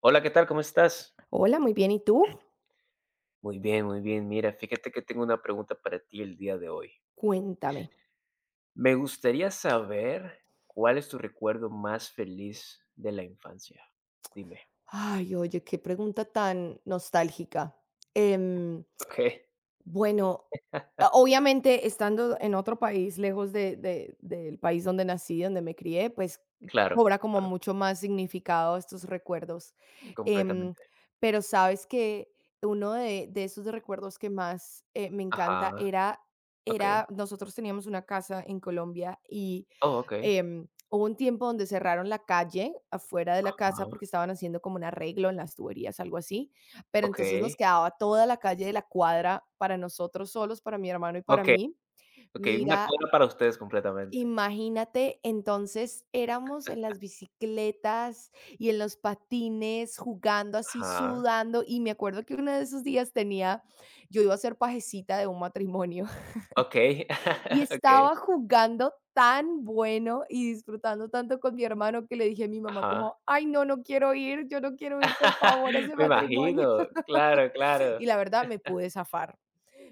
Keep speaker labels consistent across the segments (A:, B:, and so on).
A: Hola, ¿qué tal? ¿Cómo estás?
B: Hola, muy bien. ¿Y tú?
A: Muy bien, muy bien. Mira, fíjate que tengo una pregunta para ti el día de hoy.
B: Cuéntame.
A: Me gustaría saber cuál es tu recuerdo más feliz de la infancia. Dime.
B: Ay, oye, qué pregunta tan nostálgica. Em,
A: Okey,
B: Bueno, obviamente, estando en otro país, lejos de del país donde nací, donde me crié, pues,
A: claro,
B: cobra como
A: claro,
B: mucho más significado estos recuerdos. em,
A: completamente.
B: pero, ¿sabes? Que uno de esos recuerdos que más, me encanta
A: Ajá,
B: era
A: okey.
B: era nosotros teníamos una casa en Colombia. Y
A: Oh, okey.
B: hubo un tiempo donde cerraron la calle afuera de la
A: Ajá,
B: casa porque estaban haciendo como un arreglo en las tuberías, algo así. Pero entonces nos
A: okey,
B: quedaba toda la calle de la cuadra para nosotros solos, para mi hermano y para
A: okey,
B: mí.
A: okey, una
B: Mira,
A: cuna para ustedes completamente.
B: imagínate, entonces éramos en las bicicletas y en los patines, jugando así,
A: Ajá,
B: sudando, y me acuerdo que uno de esos días tenía, yo iba a ser pajecita de un matrimonio.
A: okey,
B: Y
A: okey,
B: estaba jugando tan bueno y disfrutando tanto con mi hermano que le dije a mi mamá
A: ajá.
B: como: "Ay, no, no quiero ir, yo no quiero ir, por favor, a ese
A: Me
B: matrimonio".
A: imagino, claro, claro.
B: Y la verdad me pude zafar.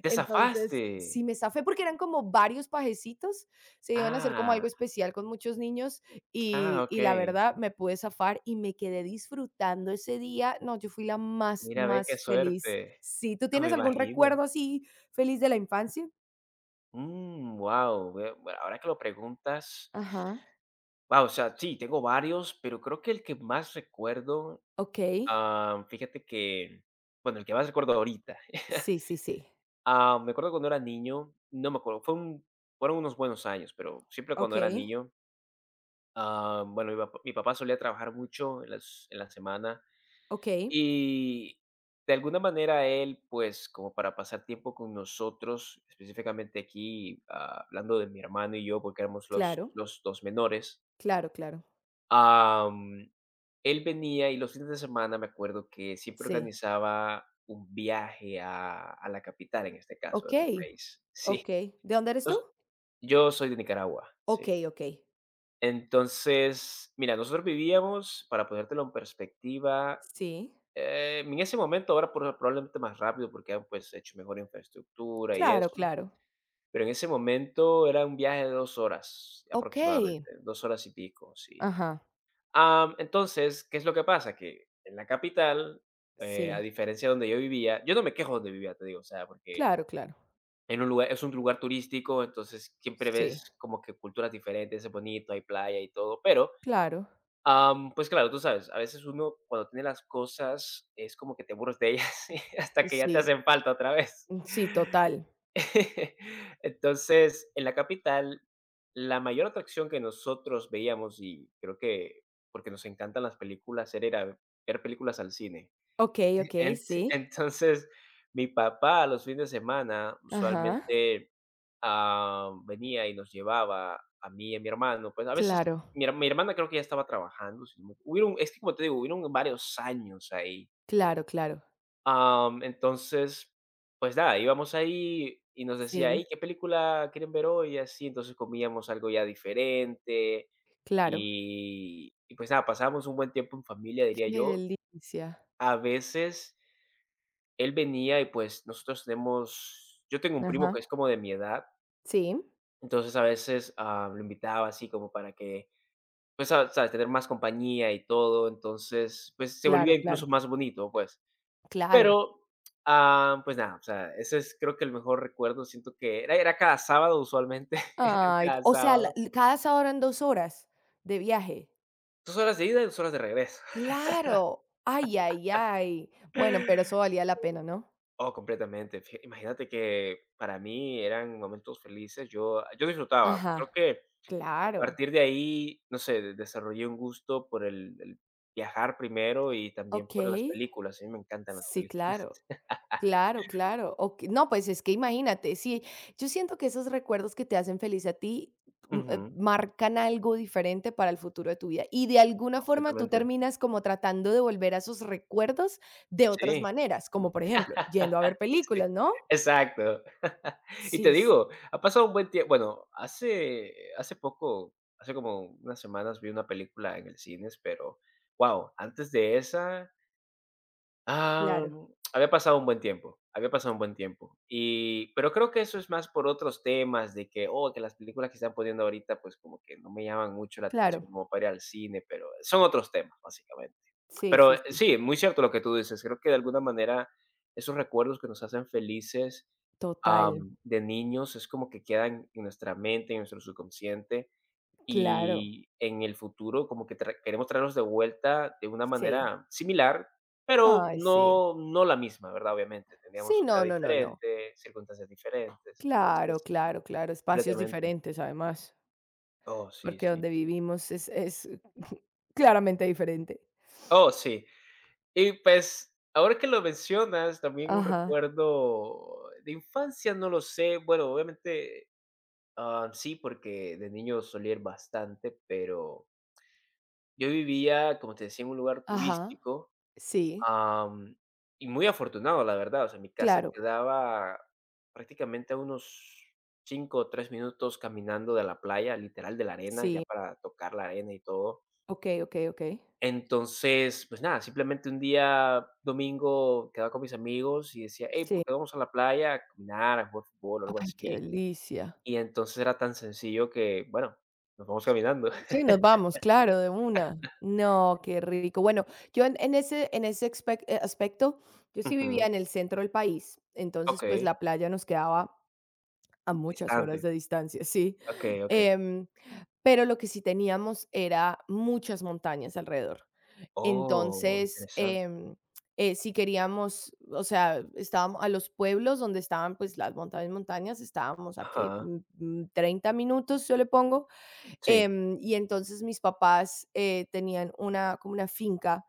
A: ¿Te zafaste?
B: Entonces, sí me zafé, porque eran como varios pajecitos, se iban a hacer como
A: Ah.
B: algo especial con muchos niños,
A: Ah,
B: y la
A: okey.
B: verdad me pude zafar y me quedé disfrutando ese día. No, yo fui la más,
A: Mira, ve qué
B: más feliz.
A: suerte.
B: Sí, ¿tú
A: No, me
B: tienes algún
A: imagino.
B: recuerdo así feliz de la infancia?
A: Mm, wow. Bueno, ahora que lo preguntas,
B: Ajá,
A: guau, o sea, sí, tengo varios, pero creo que el que más recuerdo,
B: okey.
A: fíjate que, bueno, el que más recuerdo ahorita,
B: Sí, sí, sí.
A: me acuerdo cuando era niño, no me acuerdo, fueron unos buenos años, pero siempre cuando era
B: Okey,
A: niño, bueno, mi papá solía trabajar mucho en la semana.
B: okey.
A: Y de alguna manera él, pues, como para pasar tiempo con nosotros, específicamente aquí, hablando de mi hermano y yo, porque éramos los
B: Claro,
A: los 2 menores,
B: claro, claro.
A: am, él venía y los fines de semana me acuerdo que siempre
B: Sí.
A: organizaba un viaje a la capital, en este caso, de mi
B: Okey,
A: país. Sí,
B: okey. ¿De dónde eres tú?
A: nos yo soy de Nicaragua, sí.
B: Okey, okey.
A: Entonces, mira, nosotros vivíamos, para ponértelo en perspectiva,
B: Sí.
A: En ese momento, ahora probablemente más rápido, porque han, pues, hecho mejor infraestructura y
B: Claro,
A: eso,
B: claro.
A: pero en ese momento era un viaje de 2 horas aproximadamente,
B: Okey.
A: 2 horas y pico, sí.
B: Ajá.
A: Entonces, ¿qué es lo que pasa? Que en la capital, a
B: Sí,
A: diferencia de donde yo vivía, yo no me quejo donde vivía, te digo, o sea, porque
B: claro, claro.
A: en un lugar es un lugar turístico, entonces siempre
B: Sí,
A: ves como que culturas diferentes, es bonito, hay playa y todo. Pero
B: claro.
A: Pues claro, tú sabes, a veces uno cuando tiene las cosas es como que te aburres de ellas hasta que ya te
B: Sí,
A: hacen falta otra vez.
B: mm, sí, total.
A: Entonces, en la capital, la mayor atracción que nosotros veíamos, y creo que porque nos encantan las películas, era ir a ver películas al cine.
B: Ok, ok,
A: Ent
B: sí.
A: entonces, mi papá los fines de semana
B: Ajá.
A: usualmente, venía y nos llevaba a mí y a mi hermano, pues, a veces
B: Claro,
A: mi hermana creo que ya estaba trabajando, si no me- hubieron es que, como te digo, hubieron varios años ahí.
B: claro, claro.
A: Entonces, pues nada, íbamos ahí y nos decía: "Hey,
B: Sí,
A: ¿qué película quieren ver hoy?", y así, entonces comíamos algo ya diferente
B: claro.
A: y, pues nada, pasábamos un buen tiempo en familia, diría
B: Qué
A: yo.
B: delicia.
A: A veces él venía y, pues, nosotros tenemos yo tengo un primo que
B: Ajá.
A: es como de mi edad,
B: Sí,
A: entonces a veces, lo invitaba así como para que, pues, sa sabes, tener más compañía y todo, entonces, pues, se volvía
B: claro,
A: incluso
B: claro,
A: más bonito, pues.
B: claro.
A: Pero, pues nada, o sea, ese es creo que el mejor recuerdo, siento que era cada sábado usualmente, era
B: Ay,
A: cada
B: o sea,
A: sábado,
B: cada sábado eran 2 horas de viaje.
A: 2 horas de ida y 2 horas de regreso.
B: Claro. Ay, ay, ay. Bueno, pero eso valía la pena, ¿no?
A: Oh, completamente, fija imagínate que para mí eran momentos felices, yo disfrutaba, creo
B: Ajá.
A: que a
B: Claro.
A: partir de ahí, no sé, de desarrollé un gusto por el viajar primero y también
B: Ok.
A: por las películas. A mí me encantan las
B: Sí,
A: películas.
B: claro. Claro, claro. O que, no, pues es que imagínate, sí, yo siento que esos recuerdos que te hacen feliz a ti
A: Ujú,
B: marcan algo diferente para el futuro de tu vida, y de alguna forma tú
A: completamente.
B: terminas como tratando de volver a esos recuerdos de otras
A: Sí.
B: maneras, como por ejemplo, yendo a ver
A: Sí,
B: películas, ¿no?
A: exacto. Y te
B: Sí,
A: digo, ha pasado un buen tiempo. Bueno, hace poco, hace como unas semanas vi una película en el cines, pero, wow. Antes de esa Ah,
B: claro,
A: había pasado un buen tiempo, había pasado un buen tiempo. Y pero creo que eso es más por otros temas de que, que las películas que están poniendo ahorita, pues, como que no me llaman mucho la
B: claro.
A: atención como para ir al cine, pero son otros temas, básicamente.
B: Sí,
A: Pero
B: sí, sí.
A: sí, muy cierto lo que tú dices. Creo que de alguna manera esos recuerdos que nos hacen felices,
B: Total,
A: de niños es como que quedan en nuestra mente, en nuestro subconsciente,
B: claro.
A: y en el futuro como que tra queremos traerlos de vuelta de una
B: Sí.
A: manera similar, pero
B: Ay, sí.
A: no la misma, ¿verdad? Obviamente,
B: Sí,
A: teníamos una
B: no, no, no, no.
A: diferente, circunstancias diferentes,
B: Claro,
A: entonces
B: claro, claro. Espacios
A: completamente.
B: diferentes, además.
A: Oh, sí,
B: Porque
A: sí.
B: donde
A: Sí.
B: vivimos es claramente diferente.
A: Oh, sí. Y pues, ahora que lo mencionas, también un
B: Ajá.
A: recuerdo de infancia, no lo sé. Bueno, obviamente, sí, porque de niño solía ir bastante, pero yo vivía, como te decía, en un lugar
B: Ajá.
A: turístico.
B: Sí,
A: Am, y muy afortunado, la verdad, o sea, mi casa
B: claro.
A: quedaba prácticamente a unos 5 o 3 minutos caminando de la playa, literal de la arena, ya
B: Sí.
A: para tocar la arena y todo.
B: Okey, okey, okey.
A: Entonces, pues nada, simplemente un día domingo quedaba con mis amigos y decía: "Hey, ¿por
B: Sí.
A: qué no vamos a la playa a caminar, a jugar fútbol o algo
B: Ay, qué
A: así?".
B: delicia.
A: Y entonces era tan sencillo que, bueno, nos vamos caminando.
B: Sí, nos vamos, claro, de una. No, qué rico. Bueno, yo en ese expec aspecto, yo sí
A: Ujú.
B: vivía en el centro del país, entonces, pues,
A: Okey,
B: la playa nos quedaba a muchas horas
A: distante.
B: de distancia, sí.
A: Okey, okey.
B: Em, pero lo que sí teníamos era muchas montañas alrededor.
A: Oh,
B: Entonces,
A: interesante.
B: si queríamos, o sea, estábamos a los pueblos donde estaban pues las montañas, montañas, estábamos aquí
A: Ajá,
B: 30 minutos, yo le pongo.
A: sí.
B: Y entonces mis papás tenían una, como una finca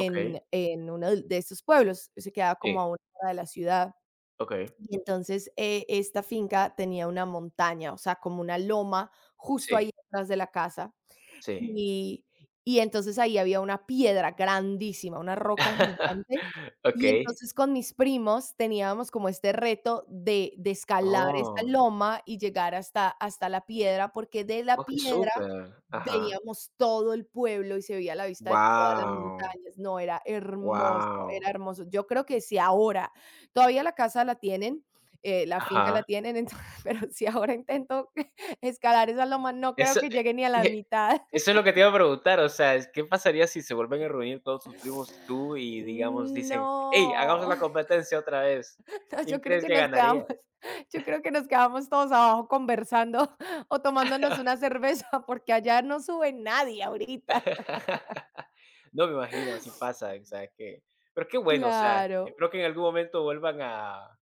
A: Okay,
B: en uno de estos pueblos. Se quedaba como
A: sí,
B: a una hora de la ciudad.
A: okay,
B: Y entonces esta finca tenía una montaña, o sea, como una loma justo
A: sí,
B: ahí atrás de la casa.
A: sí.
B: Y y entonces ahí había una piedra grandísima, una roca gigante, y
A: Okey.
B: entonces con mis primos teníamos como este reto de escalar esa
A: Oh,
B: loma y llegar hasta la piedra, porque de
A: oh,
B: la
A: que
B: piedra
A: súper. Ajá.
B: veíamos todo el pueblo y se veía la vista de todas las
A: Wow.
B: montañas. No, era hermoso,
A: Wow.
B: era hermoso. Yo creo que si ahora todavía la casa la tienen, la finca la
A: Ajá.
B: tienen, entonces pero si ahora intento escalar esa loma, no creo
A: Eso,
B: que
A: eh,
B: llegue ni a la
A: eh,
B: mitad.
A: eso es lo que te iba a preguntar, o sea, es, ¿qué pasaría si se vuelven a reunir todos sus primos, tú y, digamos, dicen: "Hey, hagamos
B: No,
A: la competencia otra vez"?
B: no,
A: ¿Quién
B: yo creo
A: crees
B: que
A: que
B: nos
A: ganaría?
B: quedamos yo creo que nos quedamos todos abajo conversando o tomándonos una cerveza, porque allá no sube nadie ahorita.
A: No, me imagino, así pasa, o sea, que pero qué bueno, o sea,
B: Claro,
A: espero que en algún momento vuelvan a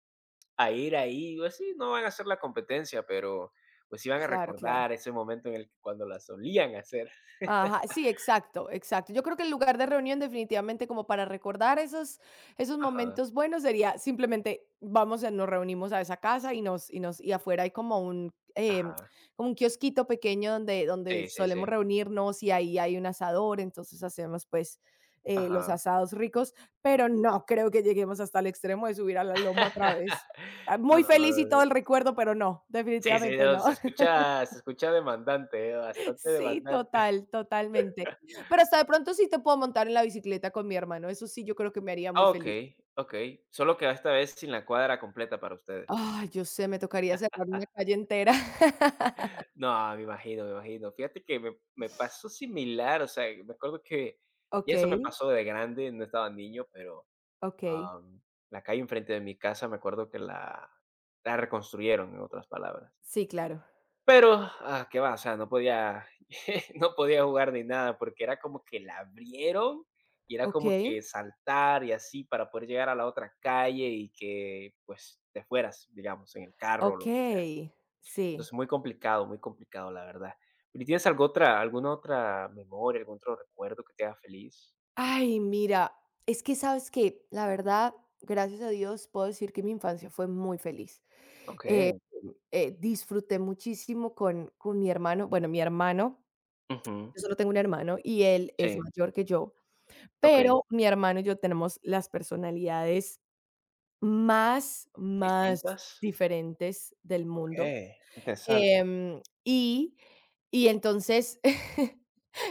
A: a ir ahí, pues sí, no van a hacer la competencia, pero pues sí van a
B: claro, claro.
A: recordar ese momento en el que cuando la solían hacer.
B: Ajá, sí, exacto, exacto. Yo creo que el lugar de reunión definitivamente, como para recordar esos, esos
A: Ajá,
B: momentos buenos, sería simplemente vamos, nos reunimos a esa casa y nos, y afuera hay como un, em,
A: ajá.
B: como un kiosquito pequeño donde, donde
A: Sí, sí, sí.
B: solemos reunirnos y ahí hay un asador. Entonces hacemos pues los
A: Ajá.
B: asados ricos, pero no creo que lleguemos hasta el extremo de subir a la loma otra vez. Ah,
A: No,
B: muy
A: no, no,
B: feliz y
A: no,
B: todo el recuerdo, pero no,
A: sí, sí, sí,
B: definitivamente
A: no,
B: no.
A: se escucha demandante, bastante
B: Sí,
A: demandante.
B: total, totalmente. Pero hasta de pronto sí te puedo montar en la bicicleta con mi hermano, eso sí, yo creo que me haría muy
A: Ok,
B: feliz.
A: ok. Solo que esta vez sin la cuadra completa para ustedes.
B: Ay, yo sé, me tocaría cerrar una calle entera.
A: No, me imagino, me imagino. Fíjate que me pasó similar, o sea, me acuerdo que y eso me
B: Okey,
A: pasó de grande, no estaba niño, pero
B: okey.
A: Am, la calle enfrente de mi casa, me acuerdo que la reconstruyeron, en otras palabras.
B: Sí, claro.
A: Pero, ¿qué va? O sea, no podía no podía jugar ni nada, porque era como que la abrieron, y era como
B: Okey,
A: que saltar y así para poder llegar a la otra calle y que, pues, te fueras, digamos, en el carro o lo que sea.
B: okey, sí.
A: Entonces, muy complicado, la verdad. ¿Y tienes algo otra alguna otra memoria, algún otro recuerdo que te haga feliz?
B: Ay, mira, es que, ¿sabes qué? La verdad, gracias a Dios, puedo decir que mi infancia fue muy feliz. Eh,
A: Okey.
B: disfruté muchísimo con mi hermano. Bueno, mi hermano,
A: Ujú.
B: yo solo tengo un hermano y él es
A: Sí,
B: mayor que yo,
A: okey.
B: pero mi hermano y yo tenemos las personalidades más, más
A: ¿Distintas?
B: diferentes del mundo,
A: Okey, interesante.
B: em, y y entonces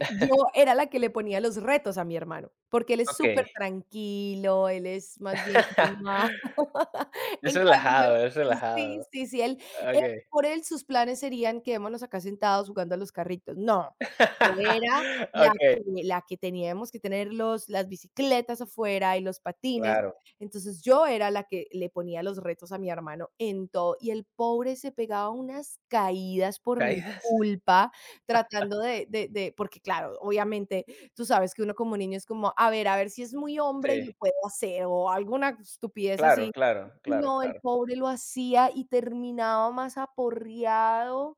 B: yo era la que le ponía los retos a mi hermano, porque él es súper
A: Okay.
B: tranquilo, él es más bien calmado.
A: Es
B: En cambio
A: relajado, es
B: sí,
A: relajado.
B: sí, sí, él
A: Okay.
B: por él sus planes serían: "Quedémonos acá sentados jugando a los carritos". No, yo era la
A: Okay.
B: que la que teníamos que tener los las bicicletas afuera y los patines.
A: Claro.
B: Entonces, yo era la que le ponía los retos a mi hermano en todo, y el pobre se pegaba unas caídas por mi
A: ¿Caídas?
B: culpa tratando porque claro, obviamente tú sabes que uno como niño es como, a ver si es muy hombre y
A: Sí.
B: lo puede hacer o alguna estupidez
A: Claro,
B: así.
A: claro, claro,
B: No, el
A: claro.
B: pobre lo hacía y terminaba más aporreado,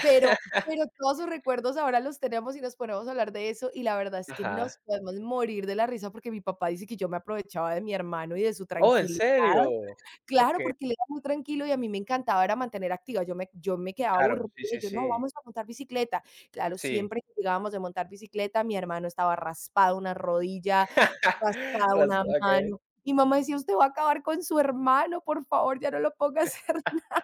B: pero pero todos sus recuerdos ahora los tenemos y nos ponemos a hablar de eso, y la verdad es que
A: Ajá.
B: nos podemos morir de la risa, porque mi papá dice que yo me aprovechaba de mi hermano y de su
A: Oh, ¿en
B: tranquilidad.
A: serio?
B: Claro,
A: Okay.
B: porque él era muy tranquilo y a mí me encantaba era mantener activa. Yo me quedaba
A: Claro.
B: aburrida
A: Sí,
B: y
A: sí,
B: yo: "No,
A: sí.
B: vamos a montar bicicleta". Claro,
A: Sí.
B: siempre que llegábamos de montar bicicleta, mi hermano estaba raspado una rodilla, raspada
A: Raz
B: una
A: okey.
B: mano. Mi mamá decía: "Usted va a acabar con su hermano, por favor, ya no lo ponga a hacer nada".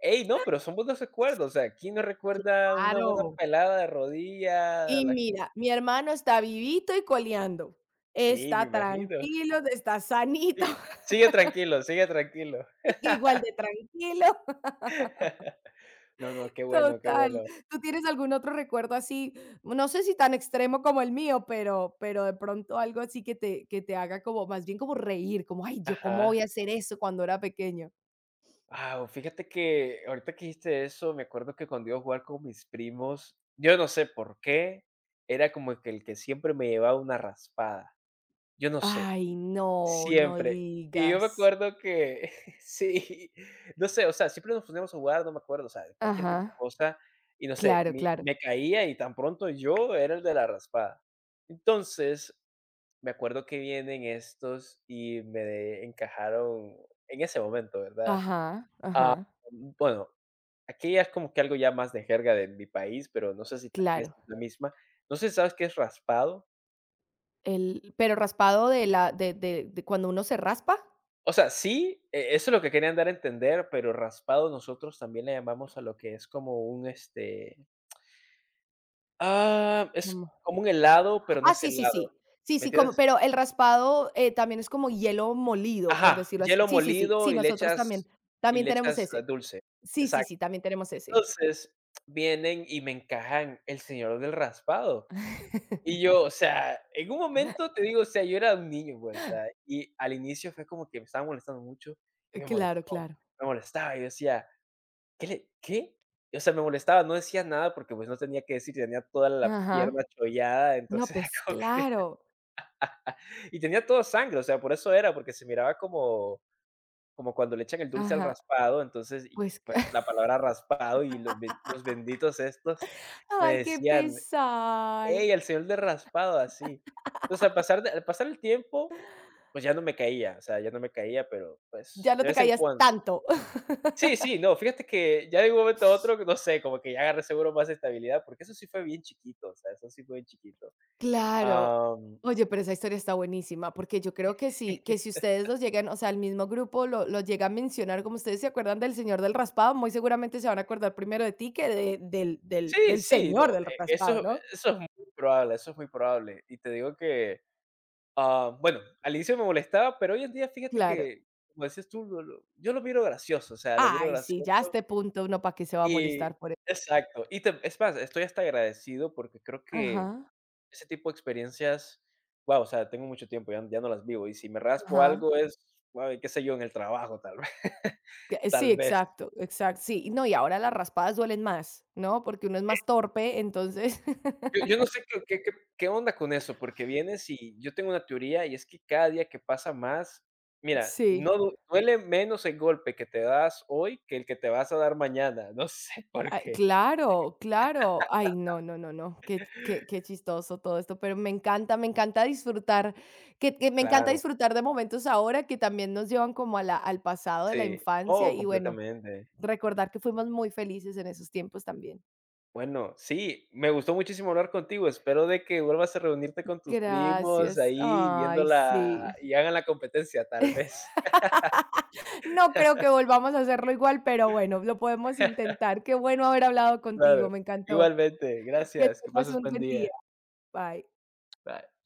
A: Ey, no, pero son buenos recuerdos. O sea, ¿quién no recuerda una buena
B: Claro.
A: pelada de rodilla?
B: Y
A: La
B: mira, mi hermano está vivito y coleando.
A: sí, me
B: Está
A: imagino.
B: tranquilo, está sanito,
A: Sí, sigue tranquilo, sigue tranquilo.
B: sigue igual de tranquilo.
A: No, no, qué bueno, qué
B: Total.
A: bueno.
B: ¿Tú tienes algún otro recuerdo así? No sé si tan extremo como el mío, pero de pronto algo así que te haga como más bien como reír, como: "Ay, ¿yo cómo voy
A: Ajá.
B: a hacer eso cuando era pequeño?".
A: Wow, fíjate que ahorita que dijiste eso, me acuerdo que cuando iba a jugar con mis primos, yo no sé por qué, era como que el que siempre me llevaba una raspada. Yo no sé,
B: Ay, no, no
A: siempre. Y yo me
B: digas.
A: acuerdo que sí, no sé, o sea, siempre nos poníamos a jugar, no me acuerdo, o sea, de cualquier tipo de
B: Ajá.
A: cosa, y no sé,
B: Claro,
A: mi
B: claro.
A: me caía y tan pronto yo era el de la raspada. Entonces, me acuerdo que vienen estos y me encajaron en ese momento, ¿verdad?
B: Ajá,
A: Ah,
B: ajá.
A: bueno, aquí ya es como que algo ya más de jerga de mi país, pero no sé si tal vez
B: Claro.
A: es la misma. No sé si sabes qué es raspado.
B: El, ¿pero raspado de la de cuando uno se raspa?
A: O sea, sí, e eso es lo que querían dar a entender, pero raspado nosotros también le llamamos a lo que es como un, este, es como un helado, pero no
B: Ah,
A: es
B: sí, sí,
A: helado,
B: sí. Sí,
A: ¿me
B: sí, como
A: entiendes?
B: pero el raspado, también es como hielo molido, por
A: Ajá,
B: decirlo así.
A: hielo
B: Sí, sí, sí.
A: molido
B: Sí, nosotros también,
A: y
B: también
A: le
B: tenemos
A: echas,
B: ese.
A: dulce.
B: Sí, sí,
A: Exacto.
B: sí, también tenemos ese.
A: Entonces, vienen y me encajan el señor del raspado. Y yo, o sea, en un momento te digo, o sea, yo era un niño, pues, o sea, y al inicio fue como que me estaba molestando mucho y me molestó,
B: Claro, claro.
A: me molestaba. Y yo decía, ¿qué le qué? Y, o sea, me molestaba, no decía nada porque, pues, no tenía que decir, tenía toda la pierna
B: Ajá.
A: chollada,
B: No,
A: entonces
B: pues claro.
A: y tenía todo sangre, o sea, por eso era, porque se miraba como cuando le echan el dulce al
B: Ajá.
A: raspado, entonces, y
B: Pues,
A: pues, la palabra raspado y los benditos estos me
B: ay, qué
A: decían:
B: pesar.
A: "Ey, el señor de raspado", así. Entonces, al pasar el tiempo, pues ya no me caía, o sea, ya no me caía, pero,
B: Ya
A: pues,
B: no
A: de
B: te
A: vez en
B: caías
A: cuando.
B: tanto.
A: Sí, sí, no, fíjate que ya de un momento a otro, no sé, como que ya agarré seguro más estabilidad, porque eso sí fue bien chiquito, o sea, eso sí fue bien chiquito.
B: Claro.
A: Am,
B: Oye, pero esa historia está buenísima, porque yo creo que sí, que si ustedes los llegan, o sea, el mismo grupo lo llega a mencionar, como ustedes se acuerdan del señor del raspado, muy seguramente se van a acordar primero de ti que de- del, del,
A: sí,
B: del
A: sí,
B: señor
A: no,
B: del raspado, ¿no?
A: eso es muy probable, eso es muy probable. Y te digo que, bueno, al inicio me molestaba, pero hoy en día, fíjate
B: Claro.
A: que, como decías tú, lo yo lo miro gracioso, o sea, lo miro
B: Ay, sí, ya a
A: gracioso.
B: este punto uno para qué se va a
A: Y
B: molestar por eso.
A: exacto, y te es más, estoy hasta agradecido porque creo que
B: Ajá,
A: ese tipo de experiencias, guau, o sea, tengo mucho tiempo, ya no las vivo, y si me raspo
B: ajá.
A: algo es, guau, qué sé yo, en el trabajo, tal vez.
B: Que- eh,
A: Tal
B: Sí,
A: vez.
B: exacto, exacto. Sí, y no, y ahora las raspadas duelen más, ¿no? Porque uno es más torpe, entonces,
A: Yo no sé qué onda con eso, porque vienes y yo tengo una teoría, y es que cada día que pasa más mira,
B: sí.
A: no du duele menos el golpe que te das hoy que el que te vas a dar mañana, no sé por
B: Ah,
A: qué.
B: claro, claro. Ay, no, no, no, no. Qué, qué, qué chistoso todo esto, pero me encanta disfrutar, que me encanta
A: Claro,
B: disfrutar de momentos ahora que también nos llevan como a la, al pasado de la
A: sí.
B: infancia.
A: Oh,
B: Y bueno,
A: completamente.
B: recordar que fuimos muy felices en esos tiempos también.
A: Bueno, sí, me gustó muchísimo hablar contigo. Espero de que vuelvas a reunirte con tus primos
B: Gracias.
A: ahí
B: Ay,
A: viéndola
B: sí.
A: y hagan la competencia, tal vez.
B: No creo que volvamos a hacerlo igual, pero bueno, lo podemos intentar. Qué bueno haber hablado
A: Claro,
B: contigo, me encantó.
A: igualmente.
B: Que
A: Gracias, que
B: tengas
A: pases
B: un
A: buen
B: buen
A: día.
B: día. Bye.
A: Bye.